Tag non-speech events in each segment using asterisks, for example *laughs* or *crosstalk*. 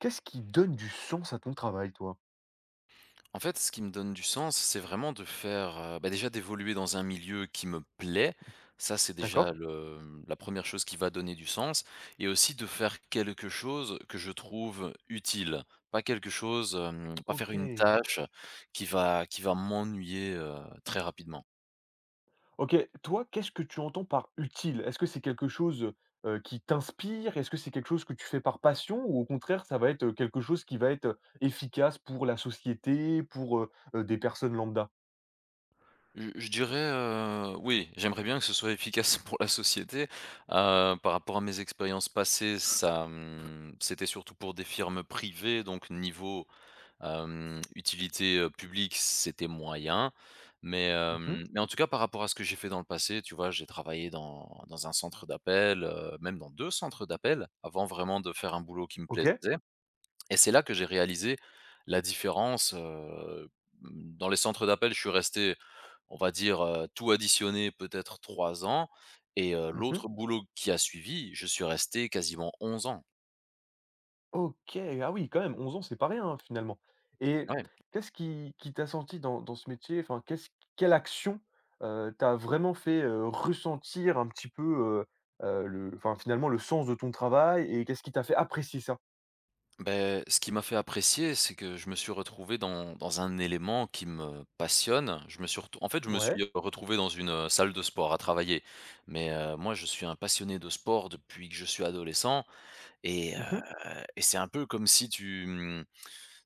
Qu'est-ce qui donne du sens à ton travail, toi? En fait, ce qui me donne du sens, c'est vraiment de faire, déjà d'évoluer dans un milieu qui me plaît. Ça, c'est déjà D'accord? La première chose qui va donner du sens et aussi de faire quelque chose que je trouve utile. Pas quelque chose, pas faire une OK. tâche qui va m'ennuyer, très rapidement. OK, toi, qu'est-ce que tu entends par utile? Est-ce que c'est quelque chose qui t'inspire? Est-ce que c'est quelque chose que tu fais par passion ou au contraire, ça va être quelque chose qui va être efficace pour la société, pour des personnes lambda? Je dirais, oui, j'aimerais bien que ce soit efficace *laughs* pour la société. Par rapport à mes expériences passées, c'était surtout pour des firmes privées, donc niveau utilité, publique, c'était moyen, mais Mmh. Mmh. mais en tout cas, par rapport à ce que j'ai fait dans le passé, tu vois, j'ai travaillé dans un centre d'appel, même dans 2 centres d'appel, avant vraiment de faire un boulot qui me OK. plaisait et c'est là que j'ai réalisé la différence, mmh, dans les centres d'appel, je suis resté, on va dire, tout additionné, peut-être 3 ans et Mmh. l'autre boulot qui a suivi, je suis resté quasiment 11 ans. OK, ah oui, quand même, 11 ans, c'est pas rien, hein, finalement. Et Ouais. qu'est-ce qui t'a senti dans ce métier? Enfin, qu'est-ce quelle action, t'a vraiment fait ressentir un petit peu, le enfin, finalement, le sens de ton travail et qu'est-ce qui t'a fait apprécier ça? Ben, ce qui m'a fait apprécier, c'est que je me suis retrouvé dans un élément qui me passionne. Je me Ouais. suis, retrouvé dans une, salle de sport à travailler. Mais, moi, je suis un passionné de sport depuis que je suis adolescent et heu Mmh. et c'est un peu comme si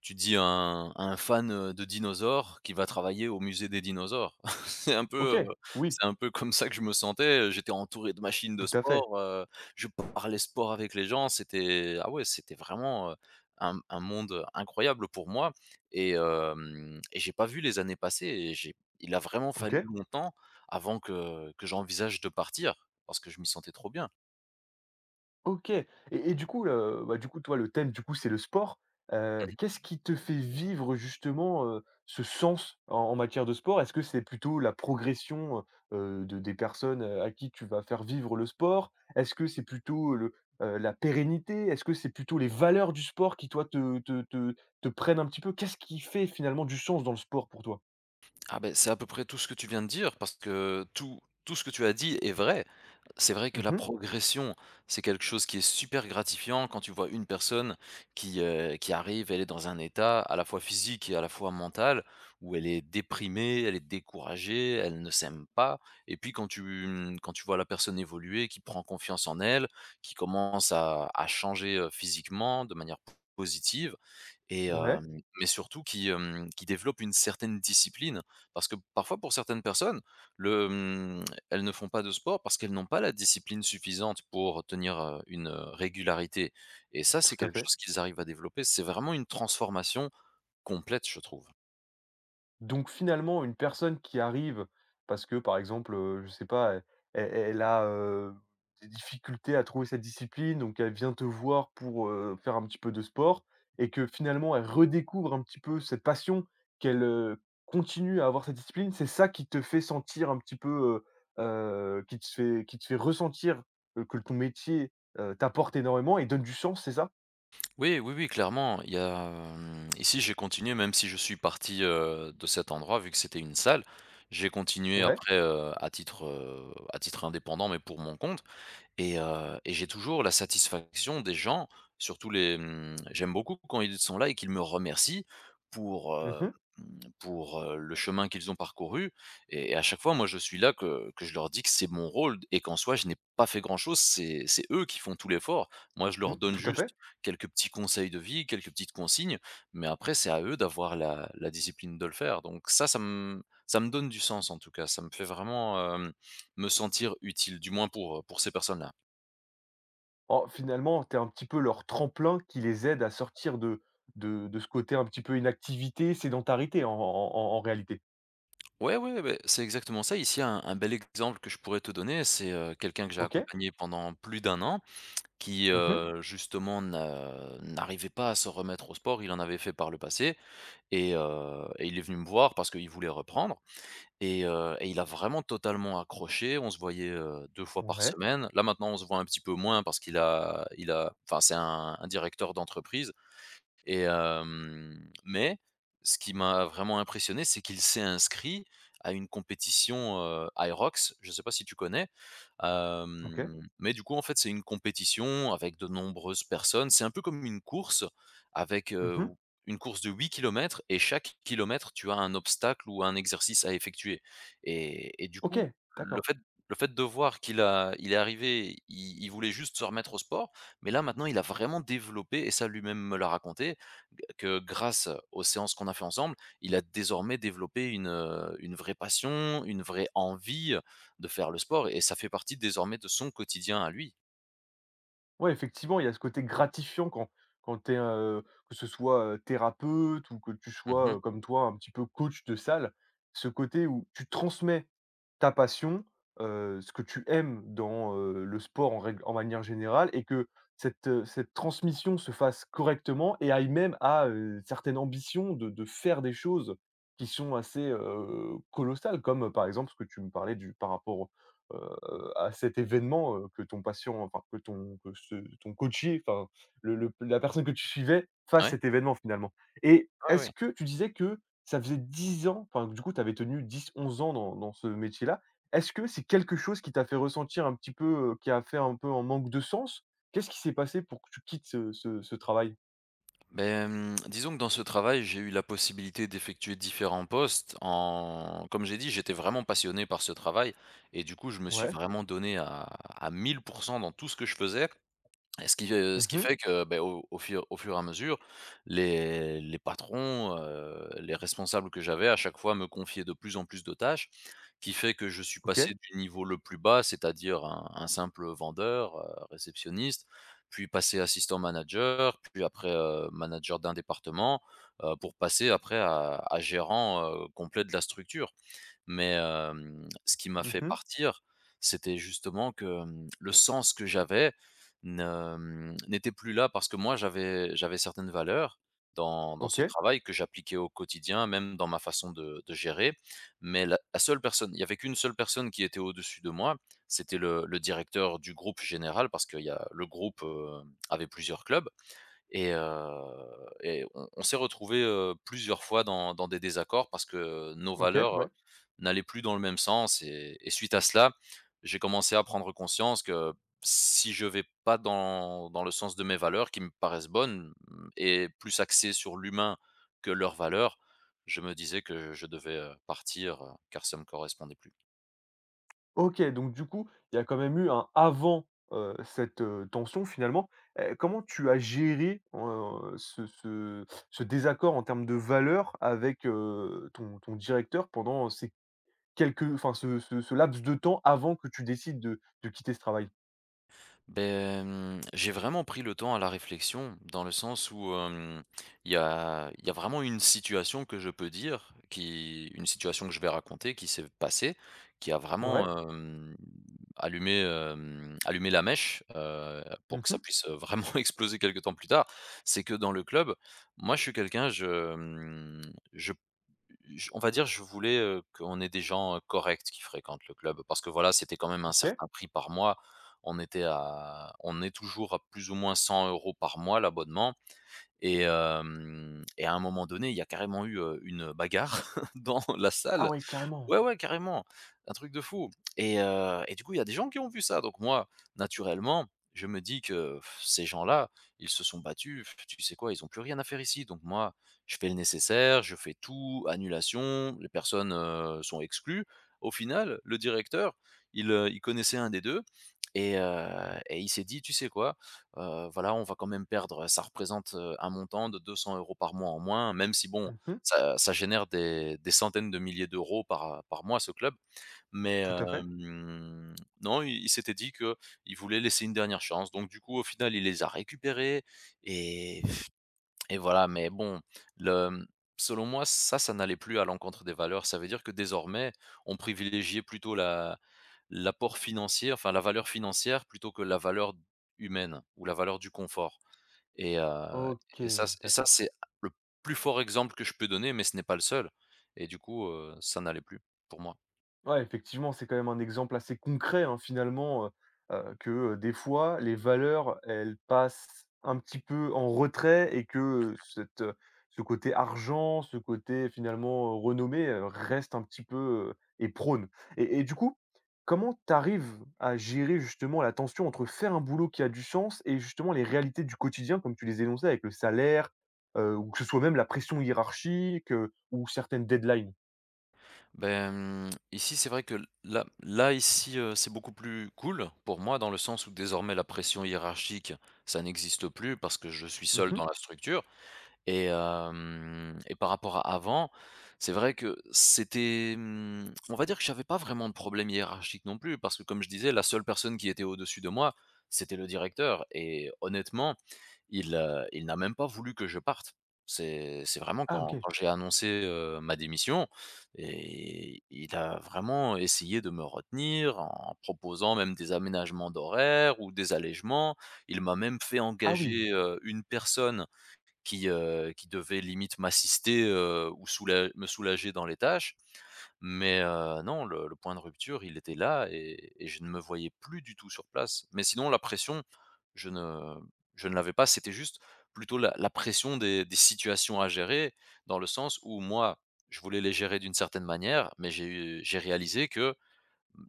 tu dis à un fan, de dinosaures qui va travailler au musée des dinosaures. *laughs* C'est un peu, OK. heu, Oui, c'est un peu comme ça que je me sentais, j'étais entouré de machines de tout à fait. sport, je parlais sport avec les gens, c'était ah ouais, c'était vraiment, un monde incroyable pour moi et j'ai pas vu les années passer et j'ai il a vraiment fallu OK. longtemps avant que j'envisage de partir parce que je m'y sentais trop bien. OK, et du coup, toi, le thème, du coup, c'est le sport. Heu, Mmh. qu'est-ce qui te fait vivre justement, ce sens en matière de sport? Est-ce que c'est plutôt la progression de des personnes, à qui tu vas faire vivre le sport? Est-ce que c'est plutôt la pérennité? Est-ce que c'est plutôt les valeurs du sport qui, toi, te prennent un petit peu? Qu'est-ce qui fait finalement du sens dans le sport pour toi? Ah ben c'est à peu près tout ce que tu viens de dire parce que tout ce que tu as dit est vrai. C'est vrai que la Mmh. progression, c'est quelque chose qui est super gratifiant quand tu vois une personne qui arrive, elle est dans un état à la fois physique et à la fois mental où elle est déprimée, elle est découragée, elle ne s'aime pas et puis quand tu vois la personne évoluer, qui prend confiance en elle, qui commence à changer, physiquement de manière positive Ouais, mais surtout qui développe une certaine discipline. Parce que parfois, pour certaines personnes, le, mmh, elles ne font pas de sport parce qu'elles n'ont pas la discipline suffisante pour tenir, une, régularité et ça, c'est tout à quelque fait. chose qu'ils arrivent à développer. C'est vraiment une transformation complète, je trouve. Donc finalement, une personne qui arrive parce que, par exemple, je sais pas, elle elle a, des difficultés à trouver sa discipline, donc elle vient te voir pour faire un petit peu de sport et que finalement elle redécouvre un petit peu cette passion, qu'elle, continue à avoir cette discipline, c'est ça qui te fait sentir un petit peu, qui te fait ressentir, que ton métier, t'apporte énormément et donne du sens, c'est ça? Oui, oui, oui, clairement, il y a, ici, j'ai continué même si je suis parti, de cet endroit vu que c'était une salle. J'ai continué Ouais. après, à titre indépendant mais pour mon compte. Et j'ai toujours la satisfaction des gens, surtout les, mmh j'aime beaucoup quand ils sont là et qu'ils me remercient pour, Mmh heu, mh. mmh, pour, le chemin qu'ils ont parcouru et à chaque fois, moi, je suis là que je leur dis que c'est mon rôle et qu'en soi, je n'ai pas fait grand-chose, c'est eux qui font tout l'effort. Moi, je leur Mmh, donne tout à juste fait. quelques petits conseils de vie, quelques petites consignes, mais après, c'est à eux d'avoir la discipline de le faire. Donc ça, ça me donne du sens, en tout cas. Ça me fait vraiment, me sentir utile, du moins pour ces personnes-là. En finalement, tu es un petit peu leur tremplin qui les aide à sortir de ce côté un petit peu inactivité, sédentarité en réalité. Ouais, ouais, beh, c'est exactement ça. Ici, un bel exemple que je pourrais te donner, c'est, quelqu'un que j'ai OK. accompagné pendant plus d'un an qui, Mmh. Justement n'arrivait pas à se remettre au sport. Il en avait fait par le passé et il est venu me voir parce qu'il voulait reprendre et il a vraiment totalement accroché. On se voyait, 2 fois par Ouais. semaine. Là, maintenant, on se voit un petit peu moins parce qu'il a il a enfin, c'est un directeur d'entreprise mais ce qui m'a vraiment impressionné, c'est qu'il s'est inscrit à une compétition, Aerox, je ne sais pas si tu connais? OK. Mais du coup, en fait, c'est une compétition avec de nombreuses personnes. C'est un peu comme une course avec, Mmh. une course de 8 kilomètres et chaque kilomètre, tu as un obstacle ou un exercice à effectuer. Et du OK, coup, le d'accord. fait le fait de voir qu'il est arrivé, il voulait juste se remettre au sport, mais là, maintenant, il a vraiment développé et ça lui-même me l'a raconté que grâce aux séances qu'on a fait ensemble, il a désormais développé une vraie passion, une vraie envie, de faire le sport et ça fait partie désormais de son quotidien à lui. Ouais, effectivement, il y a ce côté gratifiant quand tu es, que ce soit, thérapeute ou que tu Mmh mh. sois, comme toi, un petit peu coach de salle. Ce côté où tu transmets ta passion, ce que tu aimes dans, le sport en règle en manière générale et que cette transmission se fasse correctement et aille même à, certaines ambitions de faire des choses qui sont assez, colossales comme, par exemple, ce que tu me parlais du par rapport, à cet événement, que ton patient enfin que ton que ce enfin le la personne que tu suivais fasse Ouais, cet événement finalement et ouais, ouais. est-ce que tu disais que ça faisait 10 ans, enfin, du coup, tu avais tenu 10, 11 ans dans ce métier-là. Est-ce que c'est quelque chose qui t'a fait ressentir un petit peu, qui a fait un peu un manque de sens? Qu'est-ce qui s'est passé pour que tu quittes ce travail? Beh, disons que dans ce travail, j'ai eu la possibilité d'effectuer différents postes en comme j'ai dit, j'étais vraiment passionné par ce travail et du coup, je me suis Ouais. vraiment donné à 1000 % dans tout ce que je faisais. Et ce qui Mmh. fait que, beh, au fur et à mesure, les patrons, les responsables que j'avais à chaque fois me confiaient de plus en plus de tâches, qui fait que je suis OK. passé du niveau le plus bas, c'est-à-dire un simple vendeur, réceptionniste, puis passer assistant manager, puis après, manager d'un département, pour passer après à gérant, complet de la structure mais ce qui m'a fait Mmh. partir, c'était justement que, le sens que j'avais ne, mmh, n'était plus là parce que moi j'avais certaines valeurs dans ce OK. travail que j'appliquais au quotidien, même dans ma façon de gérer, mais la la seule personne il y avait qu'une seule personne qui était au-dessus de moi, c'était le directeur du groupe général parce qu'il y a le groupe, avait plusieurs clubs et, heu et on s'est retrouvé plusieurs fois dans des désaccords parce que nos OK, valeurs, ouais. n'allaient plus dans le même sens et suite à cela, j'ai commencé à prendre conscience que si je vais pas dans le sens de mes valeurs qui me paraissent bonnes, et plus axées sur l'humain que leurs valeurs, je me disais que je devais, partir, car ça me correspondait plus. OK, donc du coup, il y a quand même eu un avant, cette tension finalement. Comment tu as géré, ce désaccord en termes de valeurs avec, ton directeur pendant ces. Quelques enfin ce ce ce laps de temps avant que tu décides de quitter ce travail. Ben, j'ai vraiment pris le temps à la réflexion, dans le sens où, il y a vraiment une situation que je peux dire, qui une situation que je vais raconter qui s'est passée, qui a Ouais. vraiment, allumé la mèche, pour que Mmh. ça puisse, vraiment *laughs* exploser quelque temps plus tard. C'est que dans le club, moi je suis quelqu'un, je, mmh, je J on va dire, je voulais, qu'on ait des gens, corrects qui fréquentent le club parce que voilà, c'était quand même un OK. certain prix par mois. On est toujours à plus ou moins 100 € par mois l'abonnement et à un moment donné, il y a carrément eu, une bagarre *laughs* dans la Ah salle. ouais, carrément. Ouais, ouais, carrément, un truc de fou et du coup, il y a des gens qui ont vu ça donc moi, naturellement, je me dis que pff, ces gens-là, ils se sont battus, pff, tu sais quoi? Ils ont plus rien à faire ici donc moi, je fais le nécessaire, je fais tout, annulation, les personnes, sont exclues. Au final, le directeur, il connaissait un des 2 et il s'est dit: «Tu sais quoi? Voilà, on va quand même perdre, ça représente, un montant de 200 € par mois en moins», même si bon, Mmh. ça génère des centaines de milliers d'euros par, par mois, ce club. Mais, Tout à fait. Non, il s'était dit qu'il voulait laisser une dernière chance. Donc du coup, au final, il les a récupérés et et voilà. Mais bon, le, mmh, selon moi, ça n'allait plus à l'encontre des valeurs. Ça veut dire que désormais, on privilégiait plutôt la l'apport financier, enfin la valeur financière plutôt que la valeur humaine ou la valeur du confort. Et heu OK, et ça, d'accord. c'est le plus fort exemple que je peux donner, mais ce n'est pas le seul et du coup, ça n'allait plus pour moi. Ouais, effectivement, c'est quand même un exemple assez concret, hein, finalement, que, des fois, les valeurs, elles passent un petit peu en retrait et que, cette, heu, ce côté argent, ce côté finalement, renommée, reste un petit peu, et prône et du coup, comment tu arrives à gérer justement la tension entre faire un boulot qui a du sens et justement les réalités du quotidien comme tu les énonçais avec le salaire, ou que ce soit même la pression hiérarchique, ou certaines deadlines? Ben ici, c'est vrai que là, ici, c'est beaucoup plus cool pour moi dans le sens où désormais la pression hiérarchique, ça n'existe plus parce que je suis seul Mmh. dans la structure. Et par rapport à avant, c'est vrai que c'était on va dire que j'avais pas vraiment de problème hiérarchique non plus parce que comme je disais, la seule personne qui était au-dessus de moi, c'était le directeur et honnêtement, il n'a même pas voulu que je parte. C'est vraiment Ah, quand OK. quand j'ai annoncé, ma démission et il a vraiment essayé de me retenir en proposant même des aménagements d'horaires ou des allégements. Il m'a même fait Ah engager, oui. Une personne qui devait limite m'assister, ou soula me soulager dans les tâches. Mais, non, le point de rupture, il était là et je ne me voyais plus du tout sur place. Mais sinon la pression, je ne je ne l'avais pas, c'était juste plutôt la pression des situations à gérer, dans le sens où moi, je voulais les gérer d'une certaine manière, mais j'ai réalisé que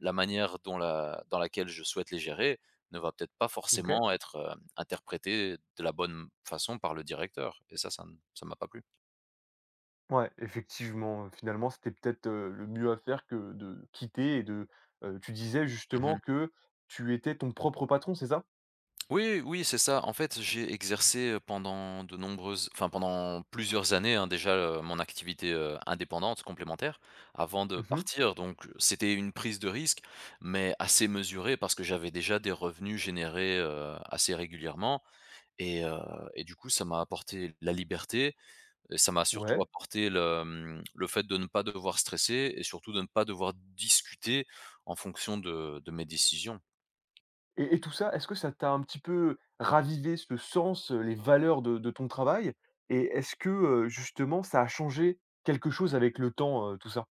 la manière dont la dans laquelle je souhaite les gérer ne va peut-être pas OK. forcément être, interprétée de la bonne façon par le directeur et ça ne ça m'a pas plu. Ouais, effectivement, finalement, c'était peut-être, le mieux à faire que de quitter et de. Tu disais justement Mmh. que tu étais ton propre patron, c'est ça? Oui, oui, c'est ça. En fait, j'ai exercé, pendant de nombreuses enfin, pendant plusieurs années, hein, déjà, mon activité, indépendante complémentaire avant de Mmh. partir, donc c'était une prise de risque, mais assez mesurée parce que j'avais déjà des revenus générés, assez régulièrement et heu et du coup, ça m'a apporté la liberté. Et ça m'a surtout Ouais, apporté le fait de ne pas devoir stresser et surtout de ne pas devoir discuter en fonction de mes décisions. et tout ça, est-ce que ça t'a un petit peu ravivé ce sens, les valeurs de ton travail? Et est-ce que, justement, ça a changé quelque chose avec le temps, tout ça?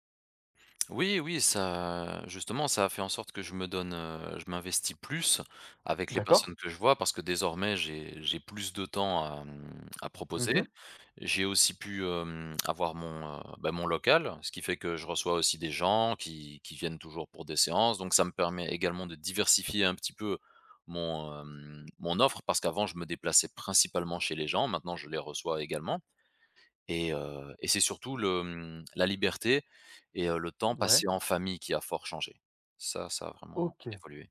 Oui, oui, ça justement, ça a fait en sorte que je m'investis plus avec les D'accord. personnes que je vois parce que désormais j'ai plus de temps à, à proposer. Mmh. J'ai aussi pu, avoir mon, mon local, ce qui fait que je reçois aussi des gens qui viennent toujours pour des séances, donc ça me permet également de diversifier un petit peu mon, mon offre parce qu'avant je me déplaçais principalement chez les gens, maintenant je les reçois également et c'est surtout la liberté et le temps Ouais. passé en famille qui a fort changé. Ça a vraiment OK. évolué.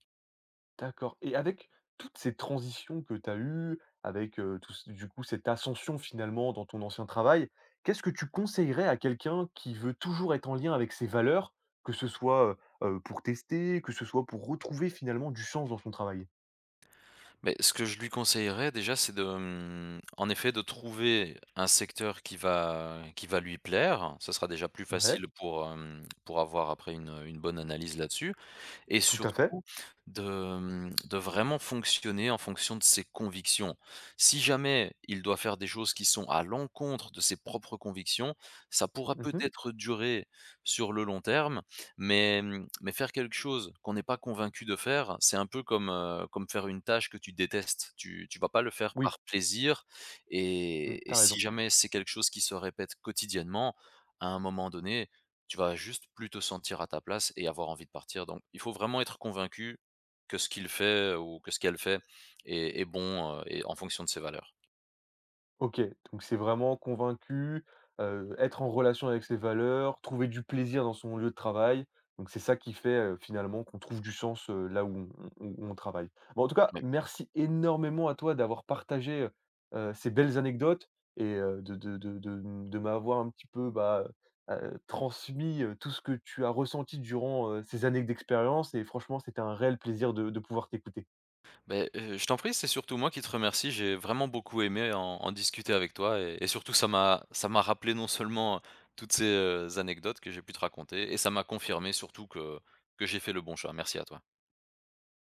D'accord et avec toutes ces transitions que tu as eues, avec, tout ce du coup, cette ascension finalement dans ton ancien travail, qu'est-ce que tu conseillerais à quelqu'un qui veut toujours être en lien avec ses valeurs? Que ce soit, pour tester, que ce soit pour retrouver finalement du sens dans son travail? Mais ce que je lui conseillerais déjà, c'est en effet, de trouver un secteur qui va lui plaire. Ça sera déjà plus Ouais, facile pour, pour avoir après une bonne analyse là-dessus et tout à fait. surtout de, mmh, de vraiment fonctionner en fonction de ses convictions. Si jamais il doit faire des choses qui sont à l'encontre de ses propres convictions, ça pourra Mmh. peut-être durer sur le long terme, mais faire quelque chose qu'on n'est pas convaincu de faire, c'est un peu comme, comme faire une tâche que tu détestes. Tu vas pas le faire Oui, par plaisir mmh, et tu as si raison. jamais c'est quelque chose qui se répète quotidiennement, à un moment donné, tu vas juste plus te sentir à ta place et avoir envie de partir. Donc, il faut vraiment être convaincu que ce qu'il fait ou que ce qu'elle fait est bon et en fonction de ses valeurs. OK, donc c'est vraiment convaincu, être en relation avec ses valeurs, trouver du plaisir dans son lieu de travail. Donc c'est ça qui fait, finalement qu'on trouve du sens, là où on travaille. Bon en tout cas, Ouais. merci énormément à toi d'avoir partagé, ces belles anecdotes et de m'avoir un petit peu, bah, transmis, tout ce que tu as ressenti durant, ces années d'expérience et franchement, c'était un réel plaisir de pouvoir t'écouter. Ben, je t'en prie, c'est surtout moi qui te remercie. J'ai vraiment beaucoup aimé en discuter avec toi et surtout ça m'a rappelé non seulement toutes ces anecdotes que j'ai pu te raconter et ça m'a confirmé surtout que j'ai fait le bon choix. Merci à toi.